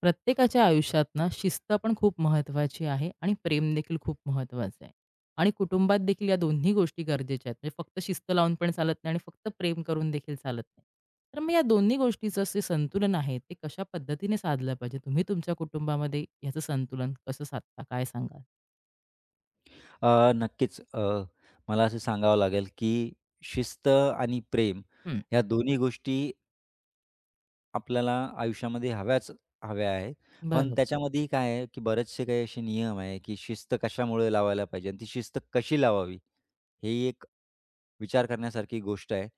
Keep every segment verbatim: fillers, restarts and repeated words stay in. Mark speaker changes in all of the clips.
Speaker 1: प्रत्येकाच्या आयुष्यात ना शिस्त पण खूप महत्त्वाची आहे आणि प्रेम देखील खूप महत्त्वाचं आहे. आणि कुटुंबात देखील या दोन्ही गोष्टी गरजेच्या आहेत. म्हणजे फक्त शिस्त लावून पण चालत नाही आणि फक्त प्रेम करून देखील चालत नाही. तर मग या दोन्ही गोष्टीचं जे संतुलन आहे, ते कशा पद्धतीने साधलं पाहिजे? तुम्ही तुमच्या कुटुंबामध्ये ह्याचं संतुलन कसं साधता? काय सांगाल?
Speaker 2: अ, नक्कीच. अ, मला असं सांगावं लागेल, की शिस्त आणि प्रेम
Speaker 1: हं.
Speaker 2: ह्या दोन्ही गोष्टी आपल्याला आयुष्यामध्ये हव्याच हव्या आहेत. पण
Speaker 1: बरं,
Speaker 2: त्याच्यामध्येही काय आहे, की बरेचसे काही असे नियम आहे, की शिस्त कशामुळे लावायला पाहिजे आणि ती शिस्त कशी लावावी, हे एक विचार करण्यासारखी गोष्ट आहे.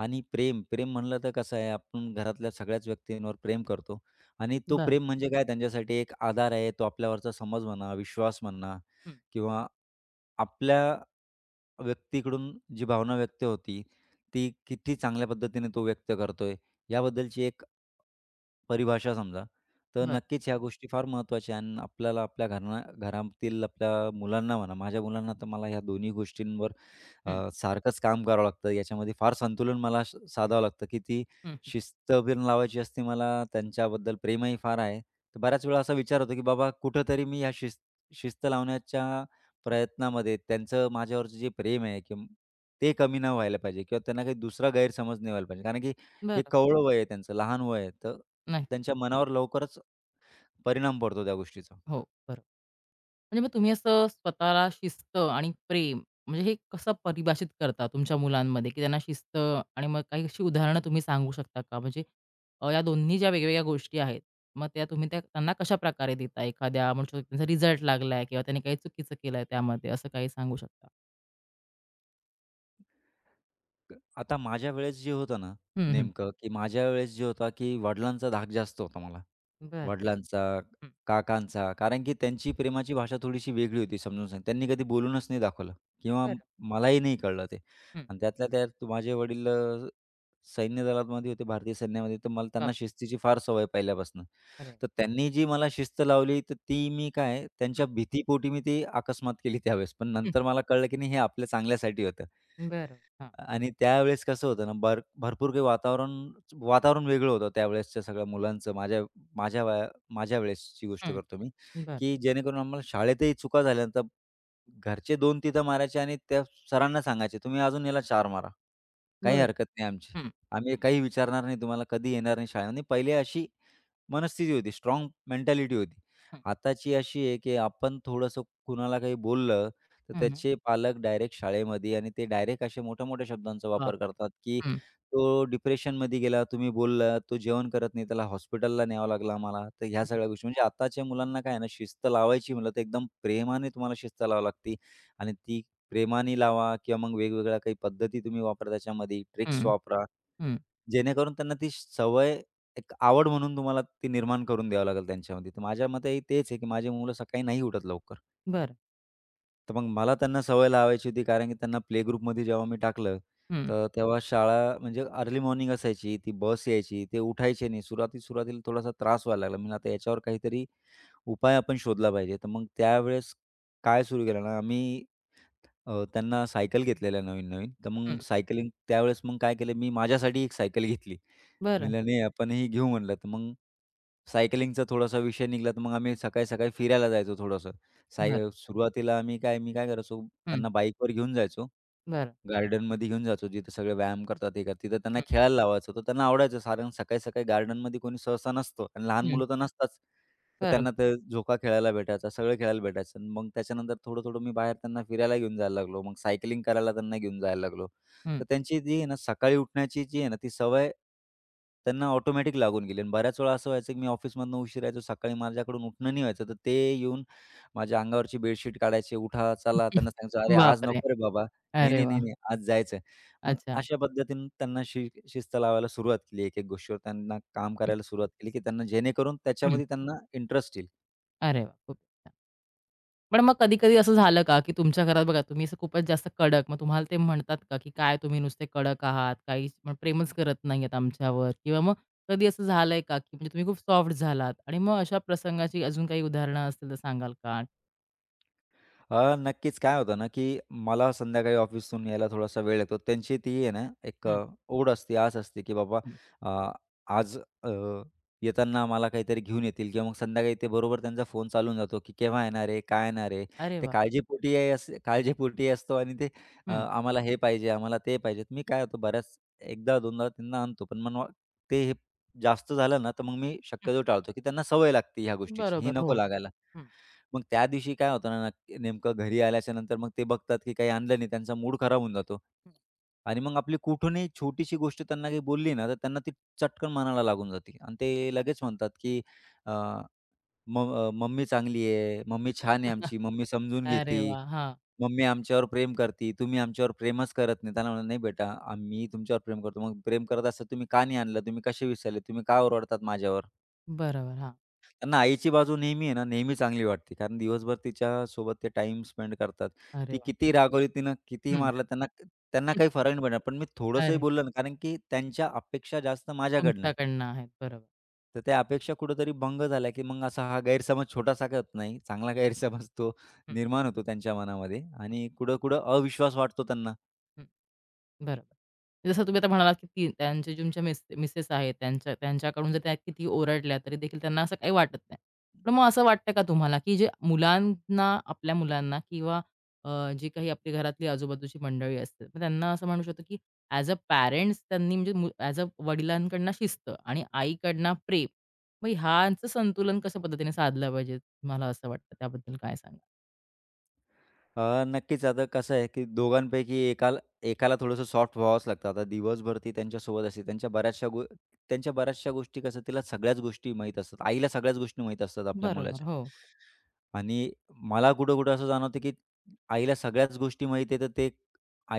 Speaker 2: आणि प्रेम, प्रेम म्हणलं तर कसं आहे, आपण घरातल्या सगळ्याच व्यक्तींवर प्रेम करतो आणि तो
Speaker 1: बरं.
Speaker 2: प्रेम म्हणजे काय त्यांच्यासाठी एक आधार आहे. तो आपल्यावरचा समज म्हणा, विश्वास म्हणा
Speaker 1: हं.
Speaker 2: किंवा आपल्या व्यक्तीकडून जी भावना व्यक्त होती, ती किती चांगल्या पद्धतीने तो व्यक्त करतोय, याबद्दलची एक परिभाषा समजा. तर
Speaker 1: बरं.
Speaker 2: नक्कीच ह्या गोष्टी फार महत्त्वाच्या आहे आणि आपल्याला आपल्या घराना घरातील आपल्या मुलांना म्हणा, माझ्या मुलांना तर मला ह्या दोन्ही गोष्टींवर अ,
Speaker 1: हं,
Speaker 2: सारखंच काम करावं लागतं. याच्यामध्ये फार संतुलन मला स साधावं लागतं, की ती
Speaker 1: हं, हं,
Speaker 2: शिस्त पण लावायची असते मला. त्यांच्याबद्दल प्रेमही फार आहे. तर बऱ्याच वेळा असा विचार होतो, की बाबा कुठेतरी मी ह्या शिस्त शिस्त लावण्याच्या
Speaker 1: हं.
Speaker 2: प्रयत्नामध्ये त्यांचं माझ्यावरचं जे प्रेम आहे किंवा ते कमी नाही व्हायला पाहिजे किंवा त्यांना काही दुसरा गैरसमज नाही व्हायला पाहिजे. कारण की हे
Speaker 1: बरं.
Speaker 2: कवळं वय आहे त्यांचं, लहान वय आहे. तर
Speaker 1: नक्कीच.
Speaker 2: त्यांच्या मनावर लवकरच परिणाम पडतो त्या गोष्टीचा.
Speaker 1: हो, बरोबर. म्हणजे मग तुम्ही असं स्वतःला शिस्त आणि प्रेम म्हणजे हे कसं परिभाषित करता तुमच्या मुलांमध्ये, की त्यांना शिस्त आणि मग काही अशी उदाहरणं तुम्ही सांगू शकता का? म्हणजे अ, या दोन्ही ज्या वेगवेगळ्या गोष्टी आहेत, मग त्या तुम्ही त्या त्यांना कशाप्रकारे देता? एखाद्या म्हणू शकतो त्यांचा रिझल्ट लागलाय किंवा त्यांनी काही चुकीचं केलंय त्यामध्ये, असं काही सांगू शकता?
Speaker 2: आता माझ्या वेळेस जे होतं ना,
Speaker 1: हं, हं.
Speaker 2: नेमकं की माझ्या वेळेस जे होता की वडिलांचा धाक जास्त होता मला.
Speaker 1: बरं,
Speaker 2: वडिलांचा,
Speaker 1: हं.
Speaker 2: काकांचा. कारण की त्यांची प्रेमाची भाषा थोडीशी वेगळी होती समजून सांग त्यांनी कधी बोलूनच नाही दाखवलं किंवा म-
Speaker 1: बरं.
Speaker 2: मलाही नाही कळलं ते.
Speaker 1: हं.
Speaker 2: आणि त्यातल्या त्यात तू- माझे वडील अ, सैन्य दलामध्ये होते, भारतीय सैन्यामध्ये. तर मला त्यांना शिस्तीची फार सवय पहिल्यापासून.
Speaker 1: बापरे!
Speaker 2: तर त्यांनी जी मला शिस्त लावली, तर ती मी काय
Speaker 1: हं,
Speaker 2: त्यांच्या भीतीपोटी मी ती अकस्मात केली त्यावेळेस. पण
Speaker 1: हं.
Speaker 2: नंतर मला कळलं की नाही हे आपल्या चांगल्यासाठी होतं.
Speaker 1: बरं. हां.
Speaker 2: आणि त्यावेळेस कसं होतं ना, भर भरपूर काही वातावरण वातावरण वेगळं होतं त्यावेळेसच्या सगळ्या मुलांचं. माझ्या माझ्या वया माझ्या वेळेसची गोष्ट
Speaker 1: हं.
Speaker 2: करतो मी,
Speaker 1: बरं.
Speaker 2: की जेणेकरून आम्हाला शाळेतही चुका झाल्या तर घरचे दोन तिथं मारायचे आणि त्या सरांना सांगायचे, "तुम्ही अजून याला चार मारा. काही
Speaker 1: बरं.
Speaker 2: हरकत नाही आमची.
Speaker 1: हं,
Speaker 2: आम्ही काही विचारणार नाही तुम्हाला, कधी येणार नाही शाळेमध्ये." पहिले अशी मनस्थिती होती, स्ट्राँग मेंटॅलिटी होती.
Speaker 1: हं.
Speaker 2: आताची अशी आहे, की आपण थोडंसं कुणाला काही बोललं तर
Speaker 1: हं,
Speaker 2: त्याचे पालक डायरेक्ट शाळेमध्ये आणि ते डायरेक्ट अशा मोठ्या-मोठ्या शब्दांचा वापर
Speaker 1: बापरे!
Speaker 2: करतात, की
Speaker 1: हं,
Speaker 2: तो डिप्रेशनमध्ये गेला, तुम्ही बोललात, तो जेवण करत नाही, त्याला हॉस्पिटलला न्यावं लागलं आम्हाला. तर ह्या
Speaker 1: हं,
Speaker 2: सगळ्या गोष्टी म्हणजे आताच्या मुलांना काय आहे ना, शिस्त लावायची म्हटलं तर एकदम प्रेमाने तुम्हाला शिस्त लावावी लागते आणि ती प्रेमाने लावा किंवा मग वेगवेगळ्या काही पद्धती तुम्ही वापरा त्याच्यामध्ये,
Speaker 1: हं,
Speaker 2: ट्रिक्स वापरा.
Speaker 1: हं,
Speaker 2: जेणेकरून त्यांना ती सवय एक आवड म्हणून तुम्हाला ती निर्माण करून द्यावी लागेल त्यांच्यामध्ये. तर माझ्या मते तेच आहे, की माझी मुलं सकाळी नाही उठत लवकर.
Speaker 1: बरं.
Speaker 2: तर मग मला त्यांना सवय लावायची होती कारण की त्यांना प्ले ग्रुपमध्ये जेव्हा मी टाकलं,
Speaker 1: हं,
Speaker 2: तर तेव्हा शाळा म्हणजे अर्ली मॉर्निंग असायची, ती बस यायची, ते उठायचे नाही. सुरुवाती-सुरुवातीला थोडासा त्रास व्हायला लागला. म्हणलं आता याच्यावर काहीतरी उपाय आपण शोधला पाहिजे. तर मग त्यावेळेस काय सुरू केलं ना, आम्ही अ, त्यांना सायकल घेतलेल्या नवीन-नवीन. तर
Speaker 1: हं.
Speaker 2: मग सायकलिंग त्यावेळेस मग काय केलं मी माझ्यासाठी एक सायकल घेतली. मी
Speaker 1: बरं,
Speaker 2: म्हणलं, "नाही आपण ही घेऊ" म्हणलं. तर मग सायकलिंगचा थोडासा विषय निघाला तर मग आम्ही सकाळी-सकाळी फिरायला जायचो थोडंसं. साय
Speaker 1: बरं.
Speaker 2: सुरुवातीला आम्ही काय मी काय करायचो
Speaker 1: हं,
Speaker 2: त्यांना बाईकवर घेऊन जायचो.
Speaker 1: बरं.
Speaker 2: गार्डनमध्ये घेऊन जायचो, जिथे सगळे व्यायाम करतात, हे करतात. तिथं त्यांना
Speaker 1: हं,
Speaker 2: खेळायला लावायचं, तर त्यांना आवडायचं. कारण सकाळी-सकाळी गार्डनमध्ये कोणी सहसा नसतं आणि लहान
Speaker 1: हं.
Speaker 2: मुलं तर नसताच. तर
Speaker 1: बरोबर.
Speaker 2: त्यांना ते झोका खेळायला भेटायचा, सगळं खेळायला भेटायचं. आणि मग त्याच्यानंतर थोडं-थोडं मी बाहेर त्यांना फिरायला घेऊन जायला लागलो. मग सायकलिंग करायला त्यांना घेऊन जायला लागलो.
Speaker 1: हं.
Speaker 2: तर त्यांची जी आहे ना, सकाळी उठण्याची जी आहे ना, ती सवय त्यांना ऑटोमॅटिक लागून गेली. आणि बऱ्याच वेळा असं व्हायचं, की मी ऑफिसमधनं उशिरा यायचो, सकाळी माझ्याकडून उठणं नाही व्हायचं. तर ते येऊन माझ्या अंगावरची बेडशीट काढायचे, "उठा, चला." त्यांना सांगायचो, "अरे, आज
Speaker 1: बापरे!
Speaker 2: नको रे बाबा." नाही,
Speaker 1: अरे
Speaker 2: नाही, नाही,
Speaker 1: वाह!
Speaker 2: नाही. आज जायचंय. मग
Speaker 1: अच्छा.
Speaker 2: अशा पद्धतीने त्यांना शि शिस्त लावायला सुरुवात केली. एक-एक गोष्टीवर त्यांना काम
Speaker 1: हं,
Speaker 2: करायला सुरुवात केली, की त्यांना जेणेकरून
Speaker 1: हं.
Speaker 2: त्याच्यामध्ये त्यांना इंटरेस्ट येईल.
Speaker 1: अरे वाह! खूप छान. पण मग कधी-कधी असं झालं का, की तुमच्या घरात बघा तुम्ही असं खूपच जास्त कडक, मग तुम्हाला ते म्हणतात का, की "काय तुम्ही नुसते कडक आहात, काही मग प्रेमच करत नाहीयेत आमच्यावर" किंवा मग कधी असं झालंय का, की म्हणजे तुम्ही खूप सॉफ्ट झालात आणि मग अशा प्रसंगाची अजून काही उदाहरणं असतील तर सांगाल का?
Speaker 2: अ, नक्कीच काय होतं ना, की मला संध्याकाळी ऑफिसतून यायला थोडासा वेळ लागतो. त्यांची ती आहे ना, एक
Speaker 1: हं,
Speaker 2: अ, ओढ असते, आस असते, की बाबा
Speaker 1: हं.
Speaker 2: अ, आज अ, येताना मला काहीतरी घेऊन येतील किंवा मग संध्याकाळी ते बरोबर त्यांचा फोन चालून जातो, की केव्हा येणार आहे? काय येणार आहे?
Speaker 1: अरे
Speaker 2: ते
Speaker 1: वाह!
Speaker 2: काळजीपोटी आहे असे काळजीपोटी असतो आणि ते अ,
Speaker 1: हं,
Speaker 2: आम्हाला हे पाहिजे, आम्हाला ते पाहिजे. मी काय होतो बऱ्याच एकदा दोनदा त्यांना आणतो, पण मग ते हे जास्त झालं ना, तर मग मी
Speaker 1: हं.
Speaker 2: शक्यतो टाळतो, की त्यांना सवय लागते ह्या गोष्टीची. ही
Speaker 1: बरोबर.
Speaker 2: नको
Speaker 1: हो.
Speaker 2: लागायला.
Speaker 1: हं,
Speaker 2: मग त्या दिवशी काय होतं ना, नक्की नेमकं घरी आल्याच्यानंतर मग ते बघतात, की काही आणलं नाही. त्यांचा मूड खराब होऊन जातो.
Speaker 1: हं.
Speaker 2: आणि मग आपली कुठूनही छोटीशी गोष्ट त्यांना काही बोलली ना, तर त्यांना ती चटकन मनाला लागून जाते. आणि ते लगेच म्हणतात, की अ, म अ, "मम्मी चांगली आहे, मम्मी छान आहे आमची, मम्मी समजून
Speaker 1: अरे
Speaker 2: घेती,
Speaker 1: वाह! हां.
Speaker 2: मम्मी आमच्यावर प्रेम करती, तुम्ही आमच्यावर प्रेमच करत नाही." त्यांना म्हणलं, "नाही बेटा, आम्ही तुमच्यावर प्रेम करतो. मग प्रेम करत असता तुम्ही का नाही आणलं? तुम्ही कसे विसरले? तुम्ही का ओरडतात माझ्यावर?"
Speaker 1: बरोबर. हां.
Speaker 2: त्यांना आईची बाजू नेहमी आहे ना, नेहमी चांगली वाटते. कारण दिवसभर तिच्यासोबत ते टाइम स्पेंड करतात.
Speaker 1: अरे
Speaker 2: ती
Speaker 1: वाह!
Speaker 2: किती रागवली, तिनं कितीही
Speaker 1: हं.
Speaker 2: मारलं त्यांना त्यांना काही फरक नाही पडणार. पण मी थोडंसंही
Speaker 1: अरे!
Speaker 2: बोललो ना, कारण की त्यांच्या अपेक्षा जास्त माझ्याकडनं आहे.
Speaker 1: तुमच्याकडनं आहेत. बरोबर.
Speaker 2: तर त्या अपेक्षा कुठेतरी भंग झाल्या, की मग असा हा गैरसमज छोटासा काय होत नाही. चांगला गैरसमज तो
Speaker 1: हं,
Speaker 2: निर्माण होतो त्यांच्या मनामध्ये आणि कुठं-कुठं अविश्वास वाटतो त्यांना.
Speaker 1: हं. बरोबर. जसं तुम्ही आता म्हणालात, की ती त्यांचे तुमच्या मिस मिसेस आहेत, त्यांच्या त्यांच्याकडून जर त्या किती ओरडल्या तरी देखील त्यांना असं काही वाटत नाही. पण मग असं वाटतं का तुम्हाला, की जे मुलांना आपल्या मुलांना किंवा अ, जी काही आपली घरातली आजूबाजूची मंडळी असते, मग त्यांना असं म्हणू शकतो, की ॲज अ पॅरेंट्स त्यांनी म्हणजे मु ॲज अ वडिलांकडनं शिस्त आणि आईकडनं प्रेम. मग ह्यांचं संतुलन कशा पद्धतीने साधलं पाहिजे? मला असं वाटतं. त्याबद्दल काय सांगाल?
Speaker 2: अ, नक्कीच. आता कसं आहे, की दोघांपैकी एकाला एकाला थोडंसं सॉफ्ट व्हावंच लागतं. आता दिवसभर ती त्यांच्यासोबत असते. त्यांच्या बऱ्याचशा गो त्यांच्या बऱ्याचशा गोष्टी कसं तिला सगळ्याच गोष्टी माहीत असतात. आईला सगळ्याच गोष्टी माहीत असतात आपल्या
Speaker 1: बरोबर.
Speaker 2: मुलाच्या.
Speaker 1: हो.
Speaker 2: आणि मला कुठं-कुठं असं जाणवतं, की आईला सगळ्याच गोष्टी माहीत आहे, तर ते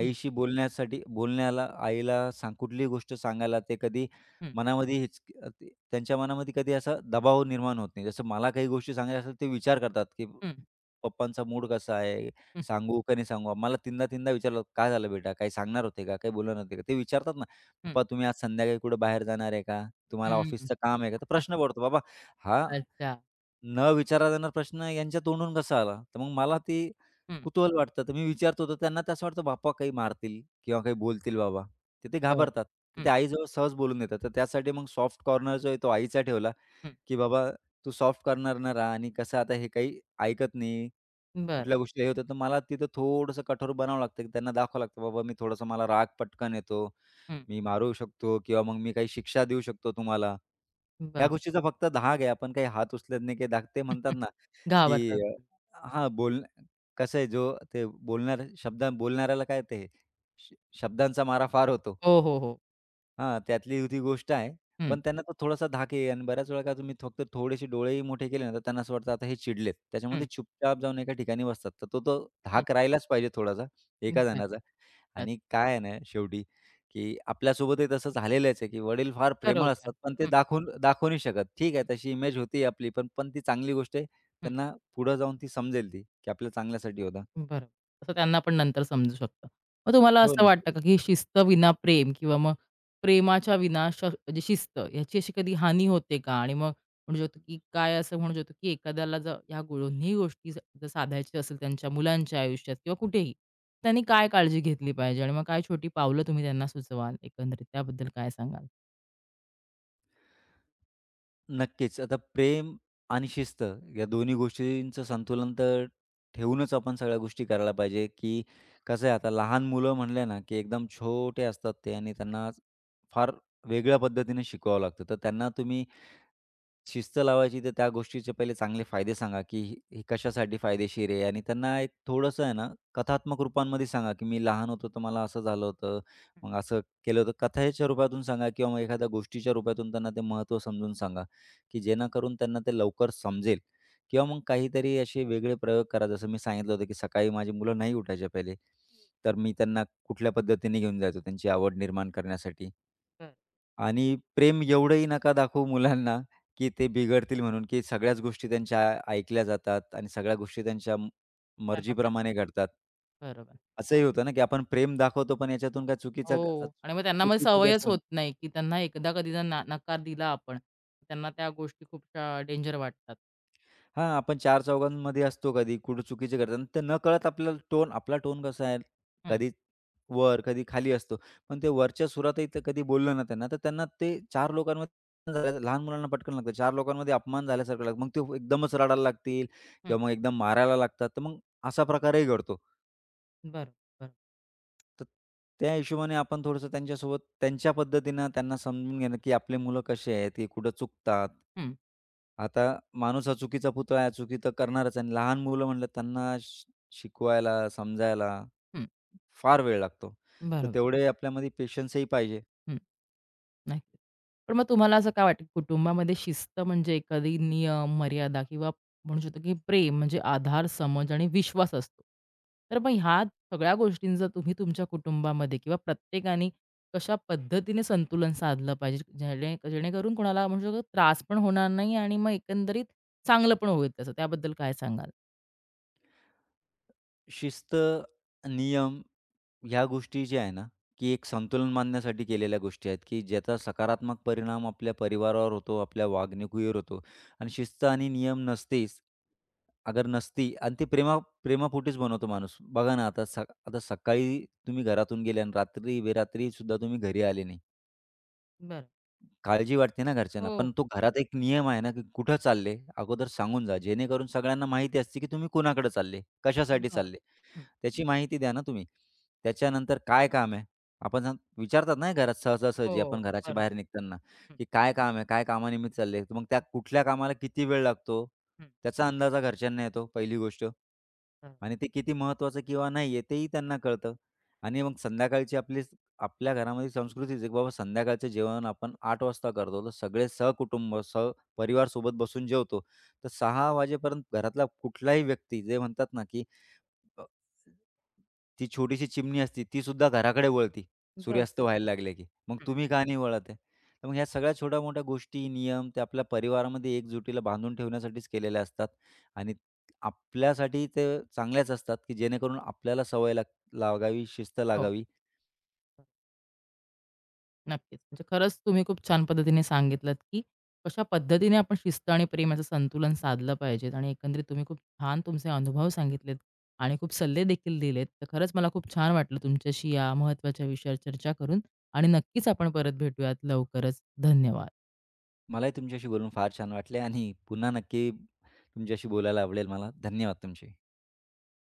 Speaker 1: हं,
Speaker 2: बोलण्यासाठी बोलण्याला आईला सांग कुठलीही गोष्ट सांगायला ते कधी
Speaker 1: हं.
Speaker 2: मनामध्ये हिचकी ते त्यांच्या मनामध्ये कधी असा दबाव निर्माण होत नाही. जसं मला काही गोष्टी सांगायच्या असतात, ते विचार करतात, की
Speaker 1: हं,
Speaker 2: पप्पांचा मूड कसा आहे?
Speaker 1: हं,
Speaker 2: सांगू का नाही सांगू? मला तीनदा तीनदा विचारलं, "काय झालं बेटा? काही सांगणार होते का? काही बोलणार होते का?" ते विचारतात ना, "पप्पा तुम्ही आज संध्याकाळी कुठे बाहेर जाणार आहे का? तुम्हाला
Speaker 1: हं, हं.
Speaker 2: ऑफिसचं काम आहे का?" तर प्रश्न पडतो. बाबा हा
Speaker 1: अच्छा.
Speaker 2: न विचारला जाणारा प्रश्न यांच्या तोंडून कसा आला? तर मग मला ते
Speaker 1: हं,
Speaker 2: कुतूहल वाटतं. तर मी विचारतो तर त्यांना तसं वाटतं बाप्पा काही मारतील किंवा काही बोलतील बाबा. तर ते
Speaker 1: बरं.
Speaker 2: घाबरतात. तर ते
Speaker 1: हं,
Speaker 2: आईजवळ सहज बोलून देतात. तर त्यासाठी मग सॉफ्ट कॉर्नर जो आहे तो आईचा ठेवला,
Speaker 1: हं.
Speaker 2: की "बाबा तू सॉफ्ट कॉर्नर ना राहा आणि कसं आता हे काही ऐकत नाही."
Speaker 1: बरं.
Speaker 2: कुठल्या गोष्टी हे होतात, तर मला तिथं थोडंसं कठोर बनावं लागतं, की त्यांना दाखवावं लागतं, "बाबा मी थोडासा मला राग पटकन येतो,
Speaker 1: हं,
Speaker 2: मी मारू शकतो किंवा मग मी काही शिक्षा देऊ शकतो तुम्हाला." ह्या
Speaker 1: बरं.
Speaker 2: गोष्टीचा फक्त धाक आहे. आपण काही हात उचलत नाही, काही धाक ते
Speaker 1: हं,
Speaker 2: म्हणतात
Speaker 1: हं.
Speaker 2: ना,
Speaker 1: घाबरतात.
Speaker 2: की अ, हां, बोल कसं आहे जो ते बोलणाऱ्या शब्द बोलणाऱ्याला काय ते श शब्दांचा मारा फार होतो.
Speaker 1: हो, हो, हो.
Speaker 2: हां, त्यातली ही ती गोष्ट आहे.
Speaker 1: हं,
Speaker 2: पण त्यांना तो थोडासा धाक येई आणि बऱ्याच वेळा काय तुम्ही फक्त थोडेसे डोळेही मोठे केले ना, तर त्यांना असं वाटतं आता हे चिडलेत. त्याच्यामुळे ते
Speaker 1: हं,
Speaker 2: चुपचाप जाऊन एका ठिकाणी बसतात. तर तो तो
Speaker 1: हं.
Speaker 2: धाक राहिलाच पाहिजे थोडासा एका
Speaker 1: बरं.
Speaker 2: जणाचा. आणि काय आहे ना शेवटी, की आपल्यासोबतही तसं झालेलंच आहे, की वडील फार प्रेमळ
Speaker 1: बरोबर.
Speaker 2: असतात, पण ते
Speaker 1: हं,
Speaker 2: दाखवून दाखवू नाही शकत. ठीक आहे,
Speaker 1: हं,
Speaker 2: तशी इमेज होती आपली, पण पण ती चांगली गोष्ट आहे.
Speaker 1: हं.
Speaker 2: त्यांना पुढे जाऊन ती समजेल ती, की आपल्या चांगल्यासाठी होता.
Speaker 1: बरोबर. तसं त्यांना पण नंतर समजू शकतं. मग तुम्हाला
Speaker 2: हो
Speaker 1: असं
Speaker 2: ना.
Speaker 1: वाटतं का, की शिस्त विना प्रेम किंवा मग प्रेमाच्या विना श म्हणजे शिस्त ह्याची अशी कधी हानी होते का? आणि मग म्हणू शकतो, की काय असं म्हणू शकतो, की एखाद्याला जर ह्या गो- दोन्ही गोष्टी ज- जर साधायच्या असेल त्यांच्या मुलांच्या आयुष्यात किंवा कुठेही, त्यांनी काय काळजी घेतली पाहिजे आणि मग काय छोटी पावलं तुम्ही त्यांना सुचवाल एकंदरीत त्याबद्दल काय सांगाल?
Speaker 2: नक्कीच. आता प्रेम आणि शिस्त या दोन्ही गोष्टींचं संतुलन तर ठेवूनच आपण सगळ्या गोष्टी करायला पाहिजे, की कसं आहे आता लहान मुलं म्हणले ना, की एकदम छोटे असतात ते आणि त्यांना फार वेगळ्या पद्धतीने शिकवावं लागतं. तर त्यांना तुम्ही शिस्त लावायची तर त्या गोष्टीचे पहिले चांगले फायदे सांगा, की हे हे कशासाठी फायदेशीर आहे आणि त्यांना एक थोडंसं आहे ना, कथात्मक रूपांमध्ये सांगा, की मी लहान होतो तर मला असं झालं होतं, मग असं केलं होतं. कथेच्या रूपातून सांगा किंवा मग एखाद्या गोष्टीच्या रूपातून त्यांना ते महत्त्व समजून सांगा, की जेणेकरून त्यांना ते लवकर समजेल किंवा मग काहीतरी असे वेगळे प्रयोग करा. जसं मी सांगितलं होतं, की सकाळी माझी मुलं नाही उठायचे पहिले, तर मी त्यांना कुठल्या पद्धतीने घेऊन जायचो त्यांची आवड निर्माण करण्यासाठी.
Speaker 1: बरं.
Speaker 2: आणि प्रेम एवढंही नका दाखवू मुलांना, की ते बिघडतील म्हणून, की सगळ्याच गोष्टी त्यांच्या ऐकल्या जातात आणि सगळ्या गोष्टी त्यांच्या म
Speaker 1: छान असं.
Speaker 2: मर्जीप्रमाणे घडतात.
Speaker 1: बरोबर.
Speaker 2: असंही होतं ना, की आपण प्रेम दाखवतो, पण याच्यातून काय चुकीचा ग
Speaker 1: हो. आणि मग त्यांना मग
Speaker 2: चुकीचा
Speaker 1: सवयच होत
Speaker 2: गैरसमज
Speaker 1: नाही, की त्यांना एकदा कधी जर ना नकार दिला आपण, त्यांना त्या गोष्टी खूप अ, डेंजर वाटतात.
Speaker 2: हां, आपण चार चौघांमध्ये असतो कधी, कुठं चुकीचे करतात आणि ते नकळत आपल्याला टोन आपला टोन कसा आहे,
Speaker 1: हं,
Speaker 2: कधी वर, कधी खाली असतो. पण ते वरच्या सुरातही ते कधी बोललं ना त्यांना, तर त्यांना ते चार लोकांमध्ये अपमान झाल्या- लहान मुलांना पटकन लागतं. चार लोकांमध्ये अपमान झाल्यासारखं लागतं. मग ते हो, एकदमच रडायला लागतील
Speaker 1: हं.
Speaker 2: किंवा मग एकदम मारायला लागतात. तर मग असा प्रकारही घडतो.
Speaker 1: बरोबर, बरोबर.
Speaker 2: तर त्या हिशोबाने आपण थोडंसं त्यांच्यासोबत त्यांच्या पद्धतीनं त्यांना समजून घेणं, की आपले मुलं कसे आहेत, की कुठं चुकतात.
Speaker 1: हं,
Speaker 2: आता माणूस हा चुकीचा पुतळा आहे, चुकी तर करणारच आहे. लहान मुलं म्हटलं त्यांना शि शिकवायला, समजायला
Speaker 1: हं.
Speaker 2: फार वेळ लागतो. तर
Speaker 1: बरोबर.
Speaker 2: तेवढे आपल्यामध्ये पेशन्सही पाहिजे.
Speaker 1: हं. नाही. पण मग तुम्हाला असं काय वाटतं, कुटुंबामध्ये शिस्त म्हणजे एखादी नियम, मर्यादा किंवा म्हणू शकतो, की प्रेम म्हणजे आधार, समज आणि विश्वास असतो. तर मग ह्या सगळ्या गोष्टींचा तुम्ही तुमच्या कुटुंबामध्ये किंवा प्रत्येकाने कशा पद्धतीने संतुलन साधलं पाहिजे? जेणे जेणेकरून कोणाला म्हणू शकतो त्रास पण होणार नाही आणि मग एकंदरीत चांगलं पण होईल त्याचं. त्याबद्दल काय सांगाल?
Speaker 2: शिस्त, नियम ह्या गोष्टी ज्या आहे ना, की एक संतुलन बांधण्यासाठी केलेल्या गोष्टी आहेत, की ज्याचा सकारात्मक परिणाम आपल्या परिवारावर होतो, आपल्या वागणुकीवर होतो. आणि शिस्त आणि नियम नसतेच, अगर नसती आणि ती प्रेमा प्रेमापोटीच बनवतो माणूस. बघा ना, आता सक आता सकाळी तुम्ही घरातून गेले आणि रात्री-बेरात्री सुद्धा तुम्ही घरी आले नाही.
Speaker 1: बरं.
Speaker 2: काळजी वाटते ना घरच्यांना. पण
Speaker 1: हो,
Speaker 2: तो घरात एक नियम आहे ना, की कुठं चालले अगोदर सांगून जा. जेणेकरून सगळ्यांना माहिती असते, की तुम्ही कोणाकडे चालले, कशासाठी
Speaker 1: बरोबर.
Speaker 2: चालले.
Speaker 1: हं.
Speaker 2: त्याची माहिती द्या ना तुम्ही. त्याच्यानंतर काय काम आहे? आपण सांग विचारतात ना घरात
Speaker 1: हो,
Speaker 2: सहजासहजी आपण घराच्या
Speaker 1: बरोबर.
Speaker 2: बाहेर निघताना,
Speaker 1: हं,
Speaker 2: की "काय काम आहे? काय कामानिमित्त चालले?" मग त्या कुठल्या कामाला किती वेळ लागतो?
Speaker 1: हं.
Speaker 2: त्याचा अंदाजा घरच्यांना येतो पहिली गोष्ट.
Speaker 1: बरोबर.
Speaker 2: आणि ते किती महत्त्वाचं किंवा नाही आहे तेही त्यांना कळतं. आणि मग संध्याकाळची आपली आपल्या घरामध्ये संस्कृतीच आहे, बाबा संध्याकाळचं जेवण आपण आठ वाजता करतो. तर सगळे सहकुटुंब, सहपरिवार सोबत बसून जेवतो. तर सहा वाजेपर्यंत घरातला कुठलाही व्यक्ती जे म्हणतात ना, की अ, ती छोटीशी चिमणी असते, ती सुद्धा घराकडे वळती,
Speaker 1: बरोबर
Speaker 2: सूर्यास्त व्हायला लागले की. मग
Speaker 1: हं,
Speaker 2: तुम्ही का नाही वळत आहे? तर मग ह्या सगळ्या छोट्या-मोठ्या गोष्टी, नियम ते आपल्या परिवारामध्ये एकजुटीला बांधून ठेवण्यासाठीच केलेल्या असतात आणि आपल्यासाठी ते चांगल्याच असतात, की जेणेकरून आपल्याला सवय लाग लागावी, शिस्त
Speaker 1: हो.
Speaker 2: लागावी.
Speaker 1: नक्कीच. म्हणजे खरंच तुम्ही खूप छान पद्धतीने सांगितलत, की कशा पद्धतीने आपण शिस्त आणि प्रेमाचं संतुलन साधलं पाहिजे आणि एकंदरीत तुम्ही खूप छान तुमचे अनुभव सांगितलेत आणि खूप सल्ले देखील दिलेत. तर खरंच मला खूप छान वाटलं तुमच्याशी या महत्त्वाच्या विषयावर चर्चा करून आणि नक्कीच आपण परत भेटूयात लवकरच. धन्यवाद.
Speaker 2: मलाही तुमच्याशी बोलून फार छान वाटले आणि पुन्हा नक्की तुमच्याशी बोलायला आवडेल मला. धन्यवाद तुमचे.